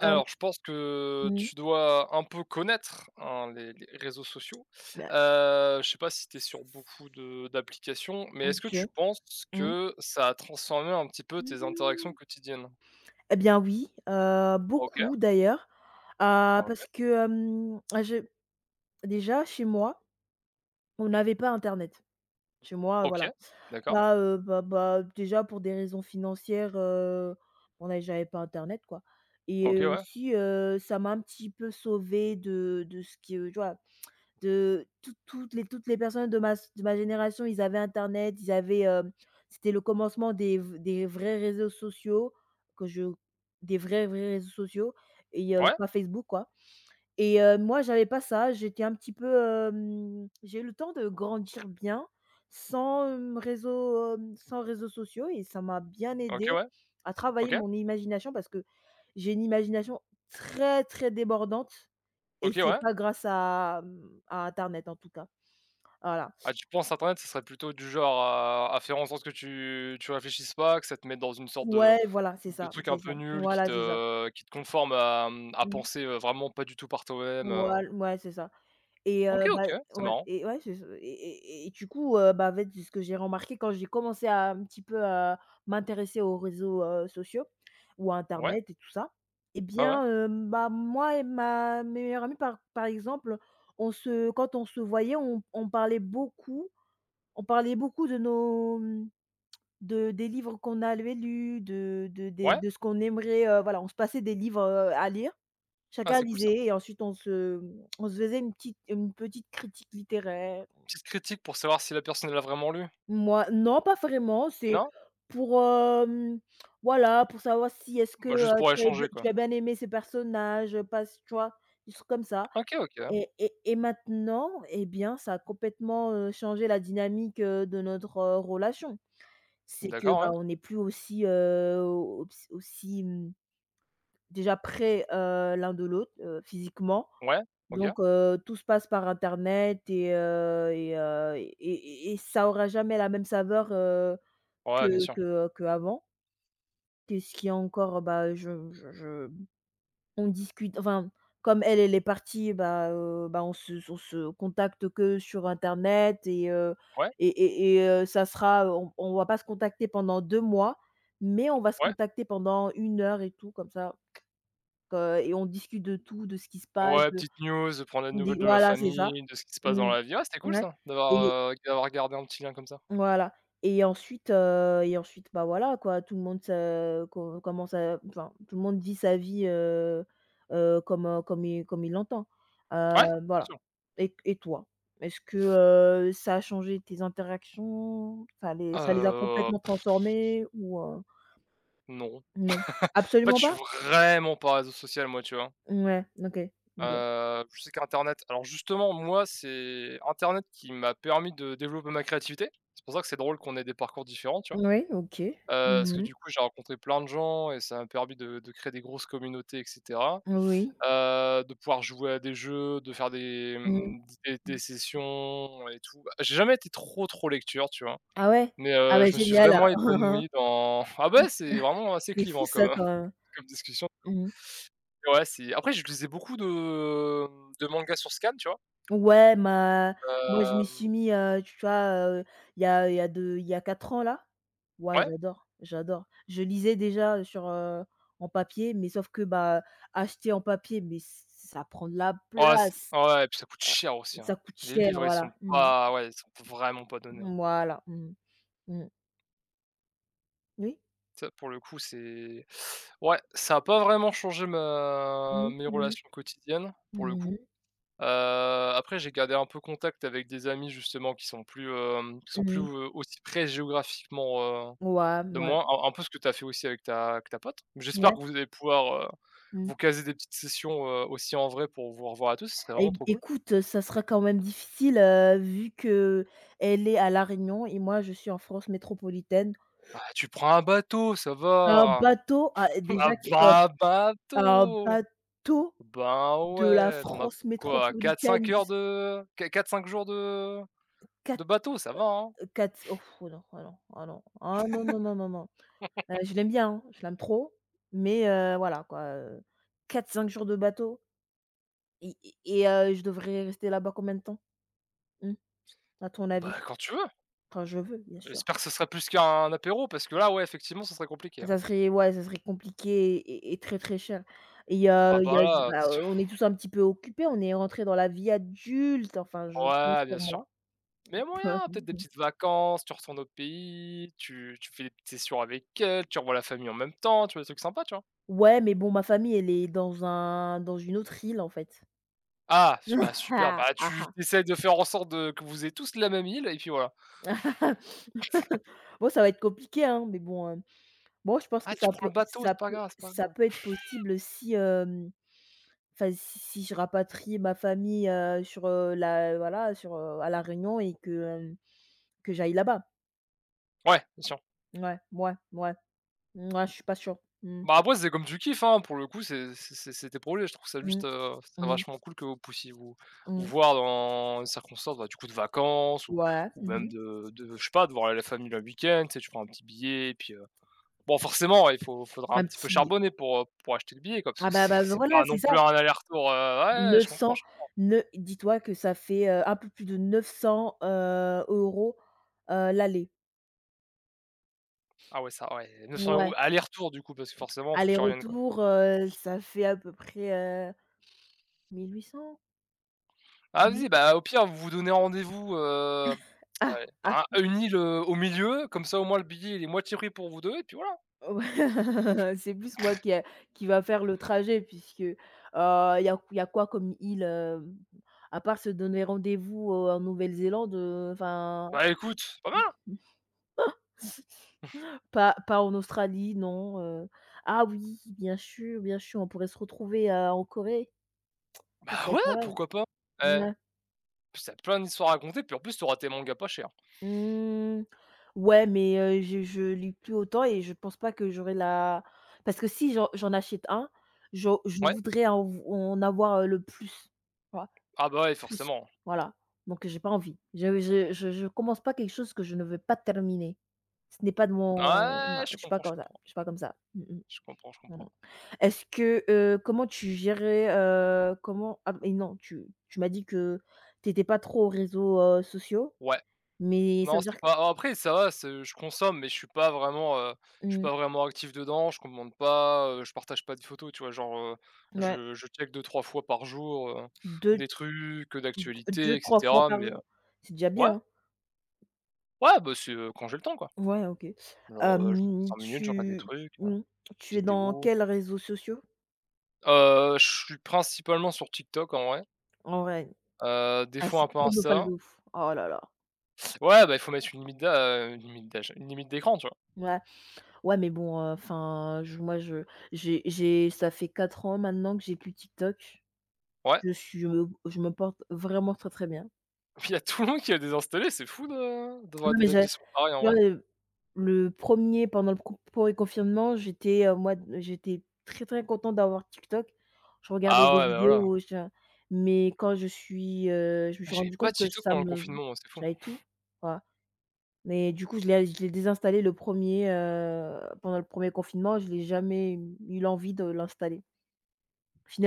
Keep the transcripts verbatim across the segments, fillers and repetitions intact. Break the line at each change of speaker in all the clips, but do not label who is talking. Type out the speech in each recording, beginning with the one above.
Hem,
je pense que
mmh,
tu dois un peu connaître, hein, les les réseaux sociaux.
bah,
Heu, je sais pas si tu es sur beaucoup de d'applications, mais est-ce
OK.
que tu penses
Mmh.
que ça a transformé un petit peu tes interactions
Mmh.
quotidiennes?
Eh bien oui, heu,
OK,
beaucoup d'ailleurs, heu,
OK,
parce que, hem, ah, je déjà chez moi, on n'avait pas internet. Chez moi,
OK,
voilà,
d'accord.
pas, heu, bah bah, déjà pour des raisons financières, heu, on a j'avais pas internet quoi. Et
OK, ouais.
aussi, heu, ça m'a un petit peu sauvée de de ce que tu vois? De tout toutes les toutes les personnes de ma de ma génération, ils avaient internet, ils avaient, hem, c'était le commencement des v des vrais réseaux sociaux que je des vrais, vrais réseaux sociaux et heu,
Ouais,
pas Facebook quoi. Et heu, moi j'avais pas ça, j'étais un petit peu, hem, j'ai eu le temps de grandir bien sans, hem, réseaux, hem, sans réseaux sociaux et ça m'a bien aidé
OK, ouais,
à travailler
OK,
mon imagination parce que j'ai une imagination très, très débordante et
OK,
c'est
ouais.
pas grâce à, mmh, à internet en tout cas. Voilà.
Ah, tu penses internet, ce serait plutôt du genre à à faire en sorte que tu tu réfléchisses pas, que ça te mette dans une sorte de
Ouais, voilà, c'est
de
ça,
truc un
c'est
peu
ça.
nul qui
Voilà, c'est ça.
te qui te conforme à, mmh, à
Mmh.
penser, heu, vraiment pas du tout par toi-même, heu
Voil Ouais, c'est ça. Et
OK,
heu, bah,
OK, c'est
ouais
marrant.
et ouais, c'est ça et et et du coup, heu, bah, en fait, c'est ce que j'ai remarqué quand j'ai commencé à un petit peu à m'intéresser aux réseaux, heu, sociaux ou à
Ouais,
internet et tout ça. Et
ouais, ouais,
bien, heu, bah, moi et ma meilleure amie par par exemple, on se quand on se voyait, on on parlait beaucoup, on parlait beaucoup de nos, mmh De des livres qu'on avait lus, de de des
ouais.
de ce qu'on aimerait, heu, voilà, on se passait des livres, heu, à lire.
Ah,
Chacun
c'est cool ça.
lisait et ensuite on se on se faisait une petite une petite critique littéraire.
Petite critique pour savoir si la personne l'a vraiment lu?
Moi non, pas vraiment, c'est
Non?
pour, hem, voilà, pour savoir si est-ce que,
Bah, juste
heu,
pour
tu as b
échanger quoi.
tu as bien aimé ces personnages, heu, pas s tu vois? Des trucs comme ça
OK, OK.
et et et maintenant, eh bien, ça a complètement, heu, changé la dynamique, heu, de notre, heu, relation. C'est que,
D'accord,
bah,
ouais.
on n'est plus aussi, heu, au aussi, mmh, déjà près, heu, l'un de l'autre, heu, physiquement.
Ouais, OK.
Donc heu, tout se passe par internet et heu et heu et et et ça aura jamais la même saveur, heu,
Ouais, bien
que
sûr.
que que avant. Quest ce qui est encore, bah, je je je on discute enfin, comme elle, elle est partie, bah, heu, bah, on se on se contacte que sur internet et heu,
Ouais,
et et et heu, ça sera, on on va pas se contacter pendant deux mois, mais on va se
ouais.
contacter pendant une heure et tout comme ça, heu, et on discute de tout, de ce qui se passe,
Ouais,
de
petite news, prendre des nouvelles
des
de la
voilà, c'est ça.
famille, de ce qui se passe dans
Mmh.
la vie. Ah, c'était cool
Ouais
ça,
et
d'avoir, heu, d'avoir gardé un petit lien comme ça.
voilà. Et ensuite, heu et ensuite, bah, voilà quoi, tout le monde se co commence à enfin, tout le monde vit sa vie, heu heu, comme, heu, comme il comme il l'entend. Heu,
Ouais, bien
voilà.
sûr.
et et toi? Est-ce que, heu, ça a changé tes interactions? Ça les ça les a
Heu,
complètement transformées ou, heu,
non.
non?
En fait, je
Absolument
suis
pas?
vraiment pas réseau social moi, tu vois?
Ouais, OK, OK.
Heu, je sais qu'internet alors justement, moi, c'est internet qui m'a permis de développer ma créativité. C'est pour ça que c'est drôle qu'on ait des parcours différents, tu vois?
Oui, OK.
Heu, parce que
Mmh.
du coup, j'ai rencontré plein de gens et ça m'a permis de de créer des grosses communautés et cetera.
Oui.
Heu, de pouvoir jouer à des jeux, de faire des,
Mmh.
mmh, des des sessions et tout. Bah, j'ai jamais été trop, trop lecture, tu vois?
Ah ouais?
Mais
Ah
heu,
ouais,
je me suis
génial.
vraiment épanoui dans ah bah ouais, c'est vraiment assez
C'est fou
clivant
ça
comme,
quand même.
comme discussion, du coup.
Mmh.
Et ouais, c'est après, je lisais beaucoup de, mmh, de mangas sur scan, tu vois?
Ouais, ma moi je m'y suis
Hem,
mis, heu, tu vois, heu, il y a il y a deux il y a quatre ans là. Ouais,
ouais,
j'adore, j'adore. Je lisais déjà sur, heu, en papier, mais sauf que, bah, acheter en papier, mais ç ça prend de la
ouais, c
place,
ouais et puis ça coûte cher aussi, hein.
ça coûte
Les
cher,
livres, ils sont
voilà. Mmh.
pas ouais, ils sont vraiment pas donnés, hein.
Voilà. Mmh. Mmh. Oui.
Ça, pour le coup, c'est ouais, ça a pas vraiment changé ma
Mmh,
mes
mh.
relations quotidiennes, pour le
Mmh,
coup.
mh.
Heu, Après, j'ai gardé un peu contact avec des amis, justement, qui sont plus, hem, qui sont plus,
Mmh.
heu, aussi près géographiquement, heu,
Ouais,
de moi. Un un peu ce que tu as fait aussi avec ta avec ta pote. J'espère
ouais. Ouais.
que vous allez pouvoir, heu,
Mmh.
vous caser des petites sessions, heu, aussi en vrai pour vous revoir et tout, ce serait vraiment
Eh
trop cool.
écoute, ça sera quand même difficile, heu, vu que elle est à La Réunion et moi je suis en France métropolitaine.
Ah, tu prends un bateau, ça
Un
va.
bateau, ah
Ah
déjà que heu,
bah, un
un
bateau!
bateau
Ben
de la
ouais, t'en as
France
quoi? Quatre cinq
métropolitaine
heures
jusqu'à
de quatre cinq jours de de
quatre
bateau, ça va, hein?
cat oh oh non, ah non, ah non, ah non, non, non, non, non. Heu, je l'aime bien, hein, je l'aime trop, mais heu, voilà quoi, heu, quatre cinq jours de bateau et et et heu, je devrais rester là-bas combien de temps? Mmh, à ton avis?
Bah, quand tu veux.
Enfin je veux, bien sûr.
J'espère que ce serait plus qu'un apéro parce que là, ouais, effectivement, ce serait compliqué, hein.
Ça serait Ouais, ça serait compliqué et et très, très cher et heu,
Ah
il y a
bah là,
bah,
c'est sûr.
on est tous un petit peu occupés, on est rentré dans la vie adulte, enfin je pense
Ouais, bien
pour
sûr.
moi.
Mais y a
Ouais.
moyen, peut-être des
Mmh.
petites vacances, tu retournes au pays, tu tu fais des petites sessions avec elle, tu revois la famille en même temps, tu vois? Des trucs sympas, tu vois?
Ouais, mais bon, ma famille, elle est dans un dans une autre île, en fait.
Ah, su Bah super,
Ah,
bah tu
ah.
tu essaies de faire en sorte de que vous ayez tous la même île et puis voilà.
Bon, ça va être compliqué, hein, mais bon, hem, bon, je pense
Ah,
que ça
tu prends
peut
le bateau,
ça
c'est pas
peut
grave, c'est pas
ça
grave.
peut être possible si, hem, enfin, si si je rapatrie ma famille, heu, sur, heu, la voilà, sur, heu, à La Réunion et que, hem, que j'aille là-bas.
Ouais, bien sûr.
Ouais, ouais, ouais, mouais, je suis pas sûre. Mmh.
Bah, après, c'est comme tu kiffes, hein, pour le coup, c'est c'est c'est c'est tes projets. Je trouve ça juste,
Mmh.
heu, ça
Mmh.
vachement cool que vous puissiez vous vous
Mmh.
voir dans une circonstance bah, du coup, de vacances ou
Ouais.
ou même
Mmh.
de de je sais pas, de voir la famille le week-end, tu sais, tu prends un petit billet et puis, heu, bon, forcément, ouais, il faut faudra un
Un
petit peu
petit
charbonner pour, heu, pour acheter le billet, quoi, parce que
Ah bah
c'est
bah,
c'est
voilà,
pas non
c'est ça.
plus un aller-retour, heu, ouais, ouais, je comprends,
neuf cents,
je com
ne dis-toi que ça fait, heu, un peu plus de neuf cents, heu, euros, heu, l'aller.
ah ouais, ça, ouais, neuf cents euros
Ouais.
aller-retour, du coup, parce que forcément, faut que tu reviennes, quoi.
Aller-retour, heu, ça fait à peu près, heu, mille huit cents?
Ah
Mi
vas-y, bah, au pire, vous vous donnez rendez-vous, heu,
Ah,
allez,
ah,
à une île, heu, au milieu, comme ça, au moins, le billet, il est moitié pris pour vous deux et puis voilà.
ouais, c'est plus moi qui a qui va faire le trajet puisque, euh, il y a y a quoi comme île, heu, à part se donner rendez-vous, heu, en Nouvelle-Zélande, heu, enfin
Bah, écoute, pas mal!
Pas pas en Australie, non, heu. Ah oui, bien sûr, bien sûr, on pourrait se retrouver, heu, en Corée, ça
Bah,
peut
ouais,
être pas mal.
pourquoi pas? Eh,
Mouais.
puis t'as plein d'histoires à raconter, puis en plus, t'auras tes mangas pas chers.
Mmh, ouais, mais heu, je je lis plus autant et je pense pas que j'aurai la parce que si j'en j'en achète un, je je
Ouais.
voudrais en v en avoir, heu, le plus, tu vois?
Ah bah, ouais,
Plus,
forcément.
voilà, donc j'ai pas envie. Je je je je commence pas quelque chose que je ne veux pas terminer. Ce n'est pas de mon, non,
Ouais, je
je suis pas
comprends, je
comme ça,
comprends.
je suis pas comme ça. Mmh, mmh.
Je comprends, je
Non,
comprends.
non. Est-ce que, heu, comment tu gérais, heu, comment ah mais non, tu tu m'as dit que tu étais pas trop aux réseaux, heu, sociaux,
Ouais.
mais ça
Non,
veut
c'est
dire que
pas alors après ça va, c'est je consomme, mais je suis pas vraiment, heu, je suis
mmh,
pas vraiment actif dedans, je commande pas, heu, je partage pas de photos, tu vois? Genre, heu,
ouais,
je je check deux trois fois par jour, heu,
deux
des trucs, heu,
deux
d'actualité
2
et
trois fois
cetera,
par
mais, heu
jour, c'est déjà
ouais,
bien, hein?
ouais, bah, c'est, heu, quand j'ai le temps, quoi.
Ouais, OK.
Genre, heu, je me prends
Hem,
cinq minutes, je regarde des
tu
trucs,
tu
heu,
mmh, Tu es dans
vidéos.
quels réseaux sociaux,
Heu, je suis principalement sur TikTok, en vrai,
en vrai?
heu, des
Ah,
fois
c'est
un peu
chronophage
Insta.
de ouf. Oh là là.
Ouais, bah, il faut mettre une limite d'a une limite d'âge, une limite d'écran, tu vois?
Ouais, ouais, mais bon, enfin, je moi, je j'ai j'ai ça fait quatre ans maintenant que j'ai plus TikTok.
Ouais.
Je suis je me je me porte vraiment très, très bien.
Il y a tout le monde qui a désinstallé, c'est fou de d'avoir
Non,
des
mais j'ai
actions pareilles en
tu vois,
vrai.
heu, le premier pendant le con pour les confinements, j'étais, heu, moi j'étais très, très contente d'avoir TikTok. Je regardais
Ah
des
ouais, bah, voilà.
vidéos, heu, je mais quand je suis, heu, je me
Ah,
suis
j'avais
rendue
pas
compte que
TikTok
ça
pendant le
me
confinement, moi, c'est fou.
j'avais tout, voilà. Mais du coup, je l'ai je l'ai désinstallé le premier heu, pendant le premier confinement, je l'ai jamais eu l'envie de l'installer.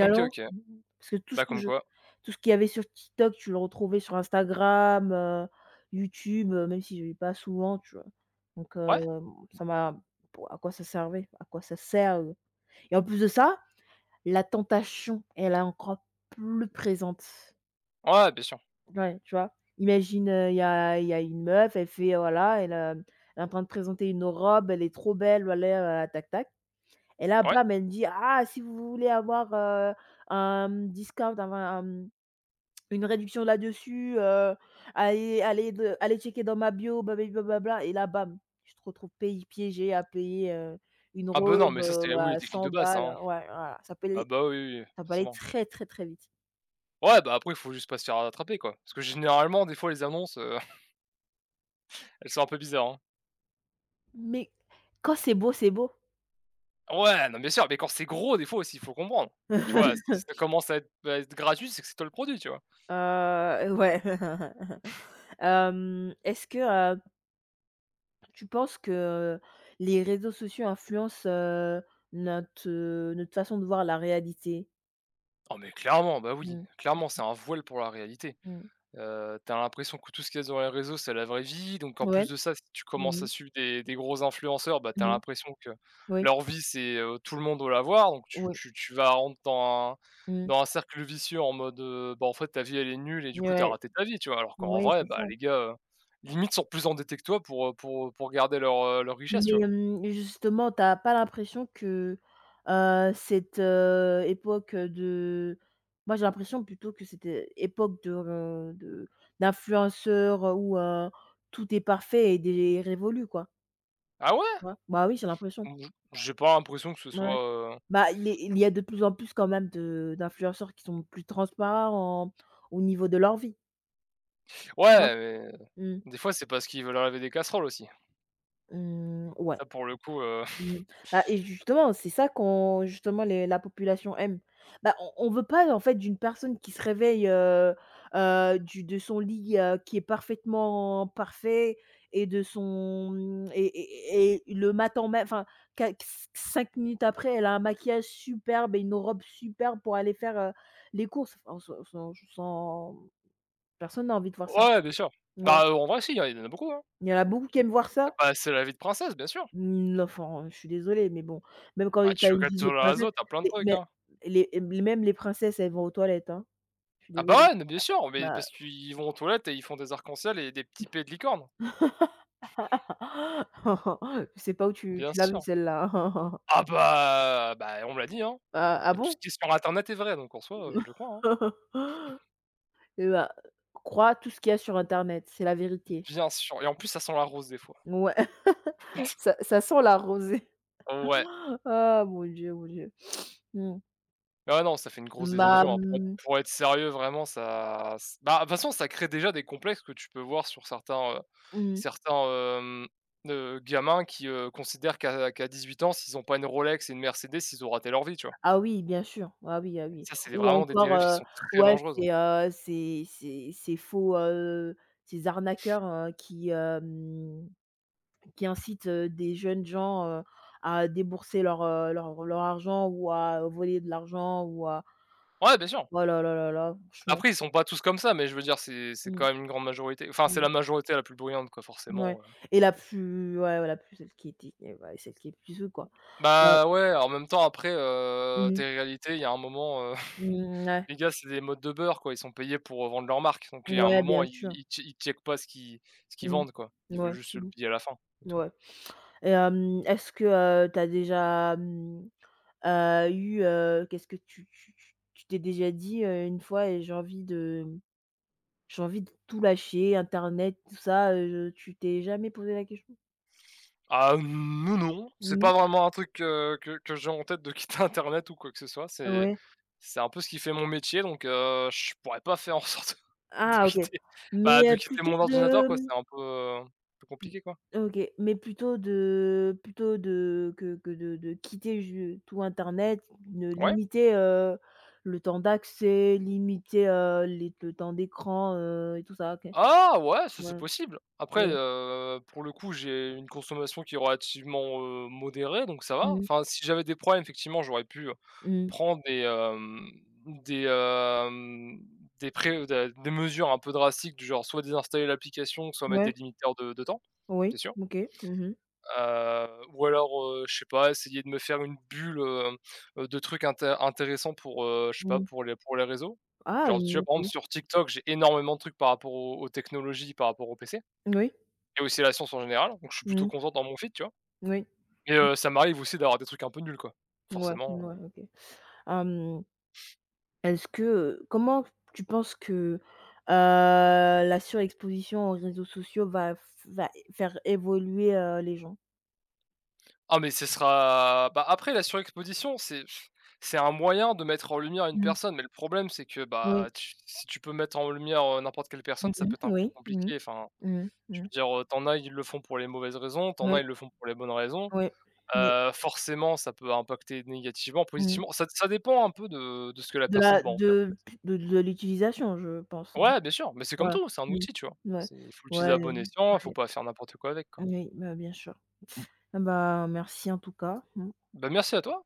OK, OK.
mmh parce que tout ce
Bah,
que
comme
je
quoi.
tout ce qu'il y avait sur TikTok, tu le retrouvais sur Instagram, heu, YouTube, heu, même si j'y vais pas souvent, tu vois? Donc
Ouais,
hem, ça m'a pour, à quoi ça servait? À quoi ça sert, heu? Et en plus de ça, la tentation, elle est encore plus présente.
ouais, bien sûr.
Ouais, tu vois? Imagine, heu, il y a il y a une meuf, elle fait voilà, elle, hem, elle est en train de présenter une robe, elle est trop belle, voilà, heu, tac tac. Et là,
Ouais.
bam, elle me dit: «Ah, si vous voulez avoir, heu, un, mmh, discount, enfin, un, mmh, une réduction là-dessus, heu, allez allez de allez checker dans ma bio, babli blablabla» et là, bam, je te retrouve pays piégée à payer, heu, une
Ah bah, non,
robe,
mais ça c'était
heu,
oui, les
à
techniques de
cent
base, ça,
balles.
hein.
Ouais, voilà, ça peut
Ah
aller
bah, oui, oui, oui,
ça peut aller
forcément.
très, très, très vite.
Ouais, bah, après il faut juste pas se faire attraper, quoi. Parce que généralement, des fois les annonces, heu, elles sont un peu bizarres, hein.
Mais quand c'est beau, c'est beau.
Ouais, non, bien sûr, mais quand c'est gros, des fois aussi, il faut comprendre. Tu vois? Si ça commence à être à être gratuit, c'est que c'est toi le produit, tu vois?
Heu, ouais. Hem, est-ce que, Tu penses que les réseaux sociaux influencent, heu, notre, heu, notre façon de voir la réalité?
Oh mais clairement, bah, oui,
Mmh,
clairement, c'est un voile pour la réalité.
mmh.
Heu, tu l'impression que tout ce qu'il y a dans les réseaux, c'est la vraie vie, donc en plus
Ouais.
de ça, si tu commences
Mmh,
à
mh.
suivre des des gros influenceurs, bah, t'as
Mmh.
l'impression que
Oui,
leur vie, c'est, heu, tout le monde doit l'avoir, donc tu
oui.
tu tu vas rentrer dans un
Mmh.
dans un cercle vicieux en mode, heu, bah, en fait, ta vie, elle est nulle et du coup, t'as
Ouais.
raté ta vie, tu vois? Alors qu'en
Ouais,
vrai,
c'est
bah,
ça.
les gars, heu, limite sont plus endettés que toi pour, heu, pour, pour garder leur, heu, leur richesse, tu
Mais,
vois?
hem, justement, t'as pas l'impression que, heu, cette, heu, époque de moi, j'ai l'impression plutôt que cette é époque de re de d'influenceurs, où, heu, tout est parfait et dé révolue, quoi.
Ah ouais?
Tu Bah, oui, j'ai l'impression.
Mmh, j'ai pas l'impression que ce
Ouais.
soit, heu
Bah, il est il y a de plus en plus quand même de d'influenceurs qui sont plus transparents en- au niveau de leur vie. Hein.
ouais, mais
Mmh,
des fois, c'est parce qu'ils veulent laver des casseroles aussi.
mmh, ouais.
Ça, pour le coup,
Mmh. Bah et justement, c'est ça qu'on justement les la population aime. Bah, on on veut pas en fait d'une personne qui se réveille, heu heu, du de son lit, heu, qui est parfaitement parfait et de son, mmh et et et le matin même enfin qua c minutes après, elle a un maquillage superbe et une robe superbe pour aller faire, heu, les courses. Enfin, sans sans sans personne n'a envie de voir ça.
ouais, bien sûr.
Ouais.
Bah, heu, en vrai, si, il y en a il y en a beaucoup, hein.
Il y en a beaucoup qui aiment voir
Ah
ça.
bah, c'est la vie de princesse, bien sûr.
Mmh, l'enfant, je suis désolée, mais bon, même quand
Bah,
tu as
tu
une
regardes
dizaine de
sur les
princesses,
réseau t'as plein de
les
trucs,
mais
hein.
les les même les princesses, elles vont aux toilettes, hein. Je suis
Ah bah,
désolée.
ouais, mais bien sûr, mais
Bah,
parce qu'ils vont aux toilettes et ils font des arcs-en-ciel et des petits pets de licorne,
je sais pas où tu
bien
tu l'as vue
sûr.
celle-là.
Ah bah bah, on me l'a dit, hein
Ah, ah
et tout ce
bon?
qui est sur internet est vrai, donc en soi, heu, je le crois, hein.
Eh bah, crois tout ce qu'il y a sur internet, c'est la vérité.
Bien sûr et en plus, ça sent la rose des fois.
Ouais, ça ça sent la rosée.
Ouais.
Ah mon Dieu, mon Dieu. Mmh.
Ah ouais, non, ça fait une grosse
Bah,
désillusion, hein. Pour être
mmh.
pour être sérieux, vraiment, ça ç bah, de toute façon, ça crée déjà des complexes que tu peux voir sur certains, heu,
Mmh.
certains, hem, heu, gamins qui, heu, considèrent qu'à qu'à dix-huit ans, s'ils ont pas une Rolex et une Mercedes, ils ont raté leur vie, tu vois?
Ah oui, bien sûr. Ah oui, ah oui.
Ça, c'est
Ou
vraiment des
encore,
dérives qui
heu,
sont très
ouais,
dangereuses.
c'est heu, c'est c'est ces faux, heu, ces arnaqueurs, heu, qui, hem, qui incitent, heu, des jeunes gens, heu, à débourser leur, heu, leur leur argent ou à voler de l'argent ou à
Ouais, bien sûr.
oh là là là là, franchement.
Après, ils sont pas tous comme ça, mais je veux dire, c'est c'est quand
Mmh,
même une grande majorité. Enfin, c'est
mmh,
la majorité la plus bruyante, quoi,
ouais
forcément, heu.
et la plus ouais, ouais, la plus celle qui était et ouais, celle qui est plus eux, quoi. Ouais.
Bah, ouais, en même temps, après, heu, tes
Mmh,
réalités, il y a un moment,
mmh, ouais.
les gars, c'est des modes de beurre, quoi. Ils sont payés pour, heu, vendre leur marque, donc il y a un
Ouais,
moment,
bien
ils
sûr.
ils che ils checkent pas ce qu'ils ce qu'ils
Mmh.
vendent, quoi. Ils veulent
Ouais,
juste se le
mmh,
payer à la fin, c'est tout.
ouais. Et hem, est-ce que, heu, tu déjà, mmh, heu, eu, heu, qu'est-ce que tu tu tu tu t'es déjà dit, heu, une fois: et J'ai envie de mmh, j'ai envie de tout lâcher, internet, tout ça», heu, tu t'es jamais posé la question?
Ah, nous, non, c'est pas
Non?
vraiment un truc, heu, que que j'ai en tête de quitter internet ou quoi que ce soit. C'est
Ouais.
c'est un peu ce qui fait mon métier, donc heu, je pourrais pas faire en sorte de
Ah, OK.
quitter, bah,
Mais,
de
heu,
quitter
plutôt
mon ordinateur, quoi. C'est
de
un peu, heu, un peu
mmh,
compliqué, quoi.
OK, mais plutôt de plutôt de que que de de quitter je tout internet, de
Ouais.
limiter, heu, le temps d'accès, limiter, heu, les le temps d'écran, heu, et tout ça, OK.
Ah ouais, ça c'est
Ouais.
possible. Après,
Ouais.
heu, pour le coup, j'ai une consommation qui est relativement, heu, modérée, donc ça va.
Mmh.
Enfin, si j'avais des problèmes, effectivement, j'aurais pu, heu,
Mmh.
prendre des, hem, des, hem, des pré des des mesures un peu drastiques du genre soit désinstaller l'application, soit mettre des
Ouais,
limiteurs de de temps, c'est
oui,
sûr.
OK. Mmh, mh.
Heu, ou alors, heu, je sais pas, essayer de me faire une bulle, heu heu, de trucs inté intéressants pour, heu, je sais pas,
Mmh.
pour les pour les réseaux.
Ah,
Genre,
une
tu vois, par exemple,
OK.
sur TikTok, j'ai énormément de trucs par rapport aux aux technologies, par rapport au P C
Oui.
et aussi à la science en général, donc je suis plutôt
Mmh.
content dans mon feed, tu vois?
Oui.
Mais heu, ça m'arrive aussi d'avoir des trucs un peu nuls, quoi,
Ouais,
forcément, heu.
ouais, OK. Hem, est-ce que, heu Comment tu penses que, heu, la surexposition aux réseaux sociaux va f va é faire évoluer, heu, les gens?
Ah mais ce sera bah, après la surexposition, c'est c'est un moyen de mettre en lumière une
Mmh.
personne, mais le problème, c'est que, bah,
Oui.
tu si tu peux mettre en lumière, heu, n'importe quelle personne,
Mmh,
ça peut
mh.
être un peu
Oui. Mmh.
compliqué, enfin
Mmh.
je
Mmh.
veux dire, heu, tu as, ils le font pour les mauvaises raisons, t'en as,
Ouais,
ils le font pour les bonnes raisons.
ouais. Mmh.
Heu, forcément, ça peut impacter négativement,
Mmh.
positivement, ça ça dépend un peu de de ce que la
De
personne
la
va en faire, en
de
fait.
p de de l'utilisation, je pense.
Ouais, bien sûr, mais c'est comme
Voilà.
tout, c'est un
Mmh.
outil, tu vois?
Ouais.
C'est Il faut
Ouais,
l'utiliser à
ouais.
bon escient, il faut pas faire n'importe quoi avec, quoi.
Oui, bah, bien sûr. Ah bah, merci en tout cas. Mmh
Bah, merci à toi.